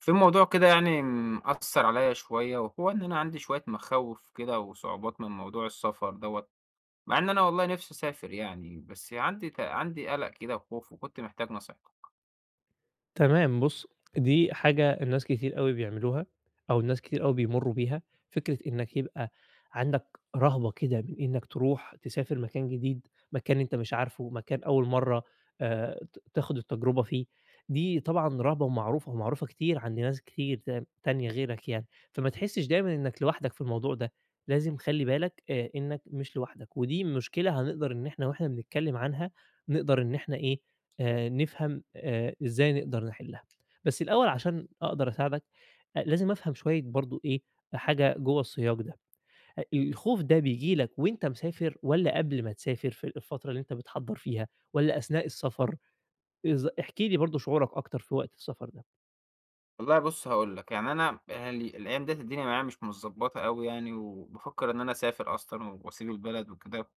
في موضوع كده يعني مأثّر عليّا شوية، وهو إن أنا عندي شوية مخاوف كده وصعوبات من موضوع السفر دوّة، مع إن أنا والله نِفْسي أسافر يعني، بس عندي قَلَق كده وخوف، وكنت محتاج نصيحتك. تمام، بُص، دي حاجة الناس كتير أوي بيعملوها، أو الناس كتير أوي بيمرّوا بيها، فكرة إنّك يبقى عندك رهبة كده من إنّك تروح تسافر مكان جديد، مكان أنت مش عارفه، مكان أول مرّة ت تاخُد التجربة فيه. دي طبعًا رهبة ومعروفة ومعروفة كتير عند ناس كتير تانية غيرك يعني، فما تحسّش دايمًا إنّك لوحدك في الموضوع ده. لازم خلّي بالك إنّك مش لوحدك، ودي مشكلة هنقدر إن إحنا بنتكلّم عنها، نقدر إن إحنا إيه نفهم إزاي نقدر نحلّها. بس الأول عشان أقدر أساعدك لازم أفهم شوية برضه إيه، حاجة جوّه السياق ده. الخوف ده بييجي لك وأنت مسافر والّا قبل ما تسافر في الفترة اللي أنت بتحضّر فيها والّا أثناء السفر؟ احكِ لي برضه شعورك أكتر في وقت السفر ده. والله بُص، هاقول لك، يعني أنا يعني الأيام ديّة الدنيا معايا مش متضبّطة أوي يعني، وبافكّر إن أنا أسافر أصلًا وأسيب البلد وكده،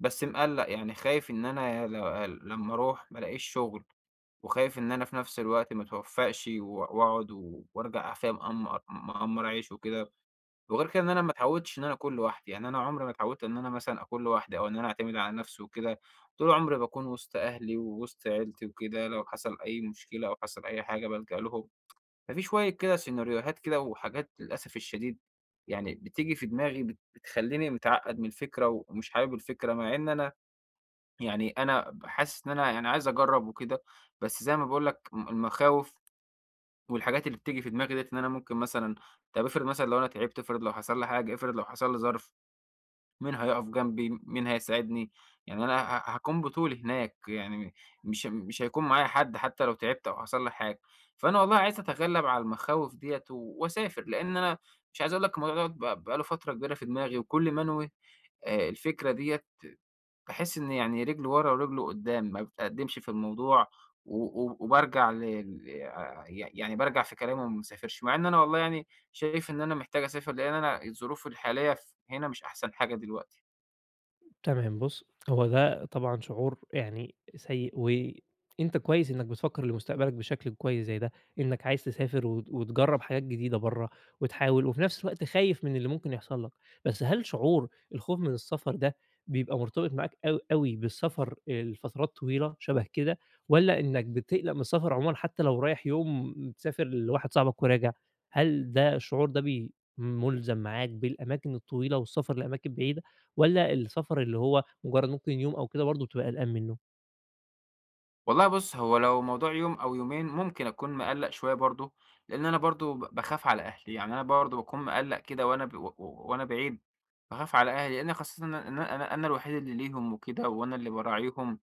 بس مقلّق، يعني خايف إن أنا لمّا أروح ما الاقيش شُغل، وخايف إن أنا في نَفْس الوقت ما اتوفّقش وأقعد وأرجع فاهم مقمّر عيش وكده. وغير كده إن أنا ما اتعودتش إن أنا آكل لوحدي، يعني أنا عمري ما اتعودت إن أنا مثلًا آكل لوحدي أو إن أنا أعتمد على نفسي وكده. طول عمري باكون وسط أهلي ووسط عيلتي وكده، لو حصل أي مشكلة أو حصل أي حاجة بالجأ لهم. ففي شوية كده سيناريوهات كده وحاجات للأسف الشديد يعني بتيجي في دماغي بتخلّيني متعقّد من الفكرة ومش حابب الفكرة، مع إن أنا يعني أنا حاسس إن أنا يعني عايز أجرّب وكده، بس زي ما باقول لك المخاوف والحاجات اللي بتيجي في دماغي ديّة إن أنا ممكن مثلًا، طب افرض مثلًا لو أنا تعبت، افرض لو حصل لي حاجة، افرض لو حصل لي ظرف، مين هيقف جنبي، مين هيساعدني، يعني أنا هاكون بطولي هناك، يعني مش هيكون معايا حد حتى لو تعبت أو حصل لي حاجة. فأنا والله عايز أتغلب على المخاوف ديّة وأسافر، لإن أنا مش عايز أقول لك الموضوع دوّة بقى له فترة كبيرة في دماغي، وكل ما أنوي الفكرة ديّة باحس إن يعني رجل ورا ورجل قدّام، ما باتقدّمش في الموضوع و و وبارجع ل ل ي يعني بارجع في كلامي وما باسافرش، مع إن أنا والله يعني شايف إن أنا محتاج أسافر، لإن أنا الظروف الحالية هنا مش أحسن حاجة دلوقتي. تمام بُص، هو ده طبعًا شعور يعني سيء، وأنت كويس إنّك بتفكّر لمستقبلك بشكل كويس زي ده، إنّك عايز تسافر وت وتجرّب حاجات جديدة برّه وتحاول، وفي نفس الوقت خايف من اللي ممكن يحصل لك. بس هل شعور الخوف من السفر ده بيبقى مرتبط معاك أو أوي بالسفر لفترات طويلة شبه كده، والّا إنّك بتقلق من السفر عمومًا حتى لو رايح يوم تسافر لواحد صاحبك وراجع، هل ده الشعور ده مُلزم معاك بالأماكن الطويلة والسفر لأماكن بعيدة؟ والّا السفر اللي هو مجرد ممكن يوم أو كده برضه بتبقى قلقان منه؟ والله بُص، هو لو موضوع يوم أو يومين ممكن أكون مقلّق شوية برضه، لإن أنا برضه باخاف على أهلي، يعني أنا برضه باكون مقلّق كده وأنا ب و و وأنا بعيد، باخاف على أهلي، لإن خاصةً إن أنا الوحيد اللي ليهم وكده وأنا اللي باراعيهم.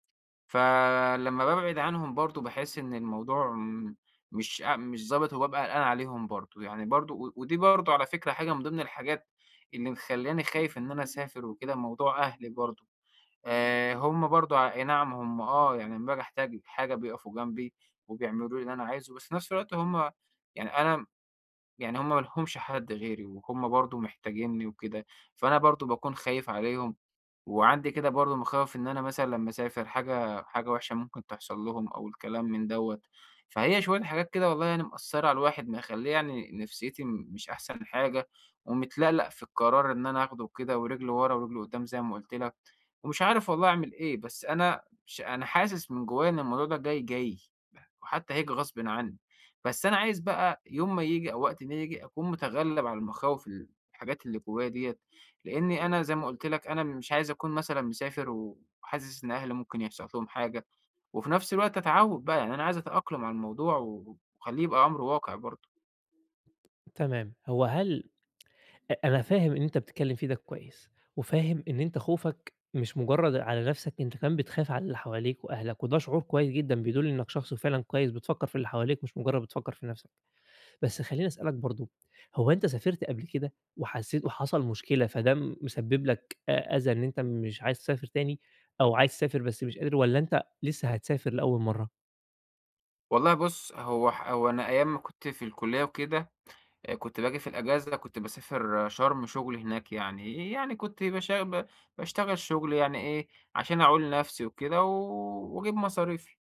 فلمّا بابعد عنهم برضه باحس إن الموضوع م مش أ مش ضابط، وبابقى قلقان عليهم برضه، يعني برضه ودي برضه على فكرة حاجة من ضمن الحاجات اللي مخلّياني خايف إن أنا أسافر وكده، موضوع أهلي برضه، هم برضه أي نعم، هم آه، يعني لمّا باجي أحتاج حاجة بيقفوا جنبي وبيعملوا لي اللي أنا عايزه، بس في نفس الوقت هم، يعني أنا، يعني هم ما لهمش حد غيري، وهم برضه محتاجينّي وكده، فأنا برضه باكون خايف عليهم. وعندي كده برضه مخاوف إن أنا مثلًا لمّا أسافر حاجة وحشة ممكن تحصل لهم أو الكلام من دوّة، فهي شوية حاجات كده والله يعني مأثّرة على الواحد، مخلّية يعني نفسيتي مش أحسن حاجة، ومتلقلق في القرار إن أنا آخده وكده، ورجل ورا ورجل قدّام زي ما قُلت لك، ومش عارف والله أعمل إيه، بس أنا حاسس من جوّايا إن الموضوع ده جاي، جاي، وحتى هييجي غصبٍ عني. بس أنا عايز بقى يوم ما ييجي أو وقت ما ييجي أكون متغلّب على المخاوف الحاجات اللي جوايا ديّة، لإني أنا زي ما قُلت لك أنا مش عايز أكون مثلًا مسافر وحاسس إن أهلي ممكن يحصل لهم حاجة، وفي نفس الوقت أتعوّد بقى، يعني أنا عايز أتأقلم على الموضوع وأخلّيه يبقى أمر واقع برضه. تمام، هو هل أ أنا فاهم إن أنت بتتكلم فيه ده كويس، وفاهم إن أنت خوفك مش مجرد على نفسك، أنت كمان بتخاف على اللي حواليك وأهلك، وده شعور كويس جدًا بيدل إنك شخص فعلًا كويس بتفكر في اللي حواليك مش مجرد بتفكر في نفسك. بس خلّيني أسألك برضه، هو أنت سافرت قبل كده وحسيت وحصل مشكلة فده مسبب لك أذى إن أنت مش عايز تسافر تاني، أو عايز تسافر بس مش قادر، والّا أنت لسه هتسافر لأول مرة؟ والله بُص، هو أنا أيام ما كنت في الكلية وكده، كنت باجي في الأجازة كنت باسافر شرم شغل هناك يعني، يعني كنت باشا ب باشتغل شغل يعني إيه، عشان أعول نفسي وكده وأجيب مصاريفي.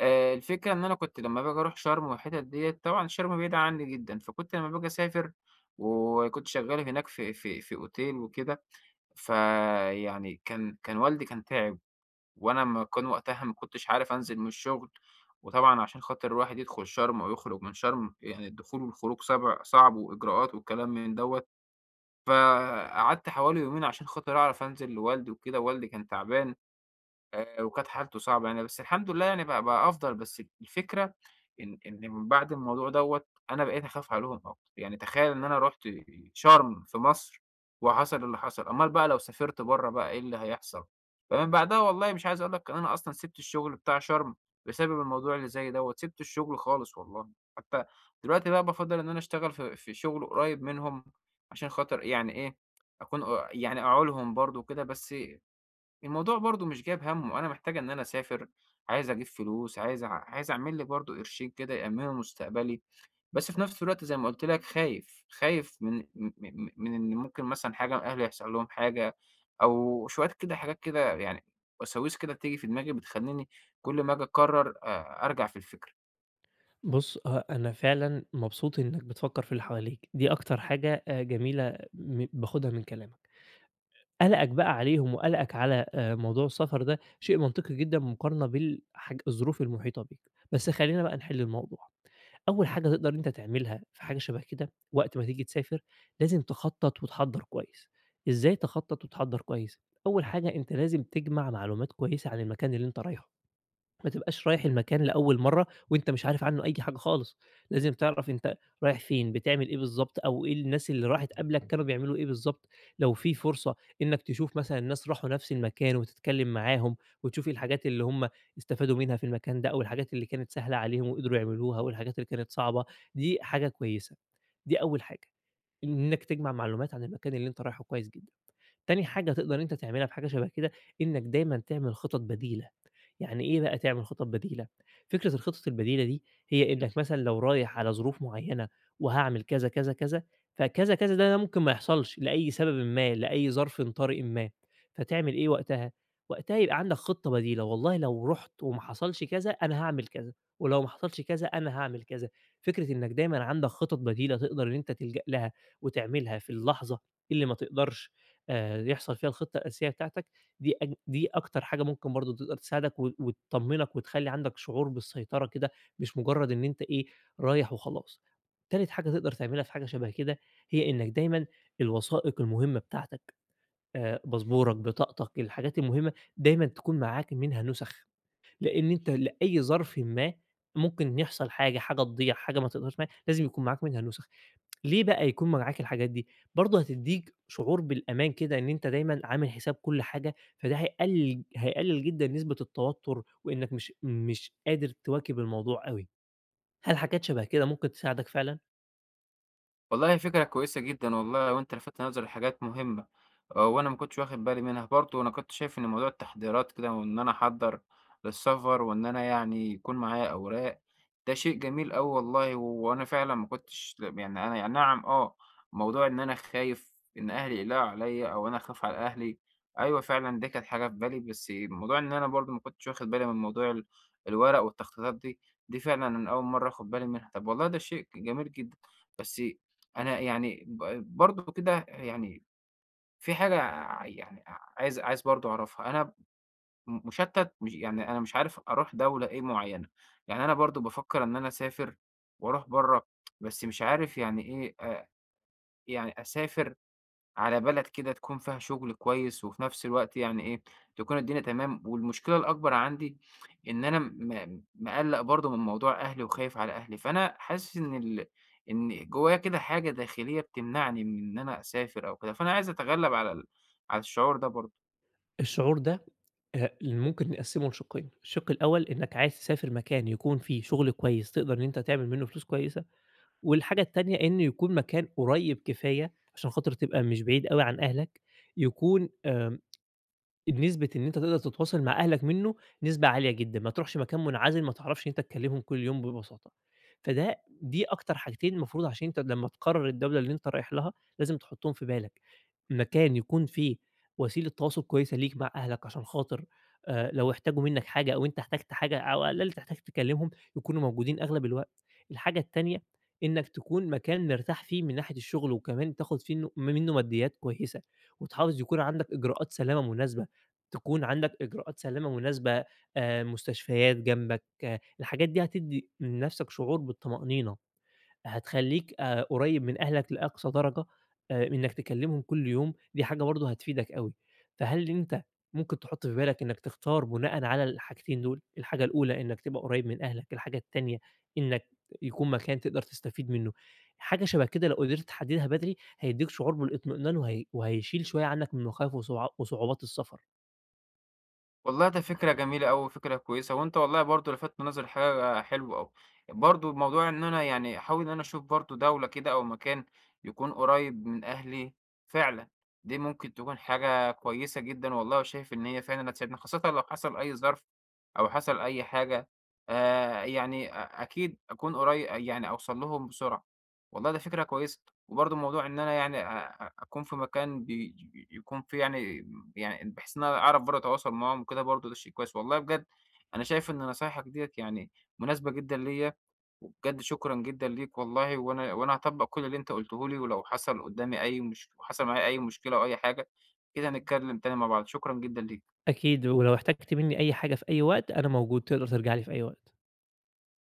الفكرة إن أنا كنت لمّا باجي أروح شرم والحتت ديّة، طبعًا شرم بعيدة عني جدًا، فكنت لمّا باجي أسافر وكنت شغّال هناك في أوتيل وكده، فيعني كان والدي كان تعب، وأنا ما كان وقتها ما كنتش عارف أنزل من الشغل، وطبعًا عشان خاطر الواحد يدخل شرم أو يخرج من شرم، يعني الدخول والخروج صعب صعب وإجراءات والكلام من دوّة، فقعدت حوالي يومين عشان خاطر أعرف أنزل لوالدي وكده، والدي كان تعبان. وكانت حالته صعبة يعني، بس الحمد لله يعني بقى أفضل، بس الفكرة إن من بعد الموضوع دوّة أنا بقيت أخاف عليهم أكتر، يعني تخيل إن أنا رُحت شرم في مصر وحصل اللي حصل، أومال بقى لو سافرت برّه بقى إيه اللي هيحصل؟ فمن بعدها والله مش عايز أقول لك إن أنا أصلًا سِبت الشغل بتاع شرم بسبب الموضوع اللي زي دوّة، سِبت الشغل خالص والله. حتى دلوقتي بقى بافضّل إن أنا أشتغل في شغل قريب منهم عشان خاطر يعني إيه، أكون يعني أعولهم برضه وكده، بس الموضوع برضه مش جايب همّه، أنا محتاج إن أنا أسافر، عايز أجيب فلوس، عايز أعمل لي برضه قرشين كده يأمّنوا مستقبلي، بس في نفس الوقت زي ما قُلت لك خايف، خايف من م م من إن ممكن مثلًا حاجة من أهلي يحصل لهم حاجة، أو شوية كده حاجات كده يعني، وساويس كده بتيجي في دماغي بتخلّيني كل ما آجي أقرر أرجع في الفكرة. بُص، آه، أنا فعلًا مبسوط إنك بتفكّر في اللي حواليك، دي أكتر حاجة جميلة م باخدها من كلامك. قلقك بقى عليهم وقلقك على موضوع السفر ده شيء منطقي جدًا مقارنة الظروف المحيطة بيك. بس خلّينا بقى نحل الموضوع. أول حاجة تقدر أنت تعملها في حاجة شبه كده وقت ما تيجي تسافر، لازم تخطّط وتحضّر كويس. إزاي تخطّط وتحضّر كويس؟ أول حاجة أنت لازم تجمع معلومات كويسة عن المكان اللي أنت رايحه. ما تبقاش رايح المكان لأول مرّة وأنت مش عارف عنّه أي حاجة خالص، لازم تعرف أنت رايح فين، بتعمل إيه بالضبط، أو إيه الناس اللي راحت قبلك كانوا بيعملوا إيه بالضبط، لو في فرصة إنّك تشوف مثلًا الناس راحوا نفس المكان وتتكلّم معاهم وتشوف إيه الحاجات اللي هم استفادوا منها في المكان ده، أو الحاجات اللي كانت سهلة عليهم وقدروا يعملوها والحاجات اللي كانت صعبة. دي حاجة كويسة، دي أول حاجة، إنّك تجمع معلومات عن المكان اللي أنت رايحه كويس جدًا. تاني حاجة تقدر أنت تعملها في حاجة شبه كده، إنك دايمًا تعمل خطط بديلة. يعني إيه بقى تعمل خطط بديلة؟ فكرة الخطط البديلة دي هي إنك مثلًا لو رايح على ظروف معيّنة وهاعمل كذا، كذا، كذا، فكذا، كذا ده ممكن ما يحصلش لأي سببٍ ما، لأي ظرفٍ طارئٍ ما، فتعمل إيه وقتها؟ وقتها يبقى عندك خطة بديلة، والله لو رُحت وما حصلش كذا، أنا هاعمل كذا، ولو ما حصلش كذا، أنا هاعمل كذا. فكرة إنك دايمًا عندك خطط بديلة تقدر إن أنت تلجأ لها وتعملها في اللحظة اللي ما تقدرش يحصل فيها الخطة الأساسية بتاعتك، دي أكتر حاجة ممكن برضه تقدر تساعدك و وتطمّنك وتخلّي عندك شعور بالسيطرة كده، مش مجرّد إن أنت إيه، رايح وخلاص. تالت حاجة تقدر تعملها في حاجة شبه كده، هي إنّك دايمًا الوثائق المهمة بتاعتك، باسبورك، بطاقتك، الحاجات المهمة دايمًا تكون معاك منها نُسخ. لإن أنت لأي ظرف ما ممكن يحصل حاجة، حاجة تضيع، حاجة ما تقدرش ما لازم يكون معاك منها نسخ. ليه بقى يكون معاك الحاجات دي؟ برضه هتدّيك شعور بالأمان كده إن أنت دايمًا عامل حساب كل حاجة، فده هيقلل جدًا نسبة التوتر وإنك مش قادر تواكب الموضوع أوي. هل حاجات شبه كده ممكن تساعدك فعلًا؟ والله فكرة كويسة جدًا والله، وأنت لفتت نظري لحاجات مهمة، وأنا ما كنتش واخد بالي منها، برضه أنا كنت شايف إن موضوع التحضيرات كده، وإن أنا أحضّر للسفر، وإن أنا يعني يكون معايا أوراق، ده شيء جميل أوي والله، وأنا فعلًا ما كنتش يعني أنا يعني نعم آه، موضوع إن أنا خايف إن أهلي يقلقوا عليَّ أو أنا أخاف على أهلي، أيوه فعلًا دي كانت حاجة في بالي، بس موضوع إن أنا برضه ما كنتش واخد بالي من موضوع الورق والتخطيطات دي، دي فعلًا أنا أول مرّة آخد بالي منها، طب والله ده شيء جميل جدًا، بس أنا يعني برضه كده يعني في حاجة يعني عايز برضه أعرفها. أنا مشتّت مش، يعني أنا مش عارف أروح دولة إيه معيّنة، يعني أنا برضه بافكّر إن أنا أسافر وأروح برّه، بس مش عارف يعني إيه يعني أسافر على بلد كده تكون فيها شغل كويس، وفي نفس الوقت يعني إيه، تكون الدنيا تمام، والمشكلة الأكبر عندي إن أنا مقلّق برضه من موضوع أهلي وخايف على أهلي، فأنا حاسس إن جوايا كده حاجة داخلية بتمنعني من إن أنا أسافر أو كده، فأنا عايز أتغلب على الشعور ده برضه. الشعور ده ممكن نقسّمه لشقين، الشق الأول إنك عايز تسافر مكان يكون فيه شغل كويس تقدر إن أنت تعمل منّه فلوس كويسة، والحاجة التانية إنه يكون مكان قريب كفاية، عشان خاطر تبقى مش بعيد أوي عن أهلك، يكون نسبة إن أنت تقدر تتواصل مع أهلك منّه نسبة عالية جدًا، ما تروحش مكان منعزل ما تعرفش إن أنت تكلّمهم كل يوم ببساطة. دي أكتر حاجتين المفروض عشان أنت لمّا تقرّر الدولة اللي أنت رايح لها لازم تحطّهم في بالك، مكان يكون فيه وسيلة تواصل كويسة ليك مع أهلك عشان خاطر، لو احتاجوا منّك حاجة أو أنت احتجت حاجة أو على الأقل تحتاج تكلّمهم يكونوا موجودين أغلب الوقت. الحاجة التانية إنّك تكون مكان مرتاح فيه من ناحية الشغل وكمان تاخد فيه منه ماديات كويسة، وتحافظ يكون عندك إجراءات سلامة مناسبة. تكون عندك إجراءات سلامة مناسبة، مستشفيات جنبك، آه، الحاجات دي هتدّي لنفسك شعور بالطمأنينة، هتخلّيك قريّب من أهلك لأقصى درجة، إنّك تكلّمهم كل يوم، دي حاجة برضه هتفيدك أوي. فهل أنت ممكن تحُط في بالك إنّك تختار بناءً على الحاجتين دول؟ الحاجة الأولى إنّك تبقى قريّب من أهلك، الحاجة التانية إنّك يكون مكان تقدر تستفيد منّه. حاجة شَبه كده لو قدرت تحدّدها بدري، هيدّيك شعور بالإطمئنان وهي وهيشيل شوية عنّك من مخاوف وصع وصعوبات السفر. والله ده فكرة جميلة أوي، وفكرة كويسة، وأنت والله برضه لفتت نظري لحاجة حلوة أوي، برضه موضوع إن أنا يعني أحاول إن أنا أشوف برضه دولة كده أو مكان يكون قريب من أهلي فعلًا، دي ممكن تكون حاجة كويسة جدًا والله، وشايف إن هي فعلًا هتساعدني، خاصةً لو حصل أي ظرف أو حصل أي حاجة، يعني أكيد أكون يعني أوصل لهم بسرعة، والله ده فكرة كويسة، وبرضه موضوع إن أنا يعني أ أ أكون في مكان يكون فيه يعني بحيث إن أنا أعرف برضه أتواصل معاهم وكده برضه ده شيء كويس. والله بجد أنا شايف إن نصايحك ديّة يعني مناسبة جدًا ليّا، وبجد شكرًا جدًا ليك والله، وأنا هاطبّق كل اللي أنت قُلته لي، ولو حصل قدّامي أي مش حصل معايا أي مشكلة أو أي حاجة، كده هنتكلم تاني مع بعض. شكرًا جدًا ليك. أكيد، ولو احتجت منّي أي حاجة في أي وقت، أنا موجود، تقدر ترجع لي في أي وقت.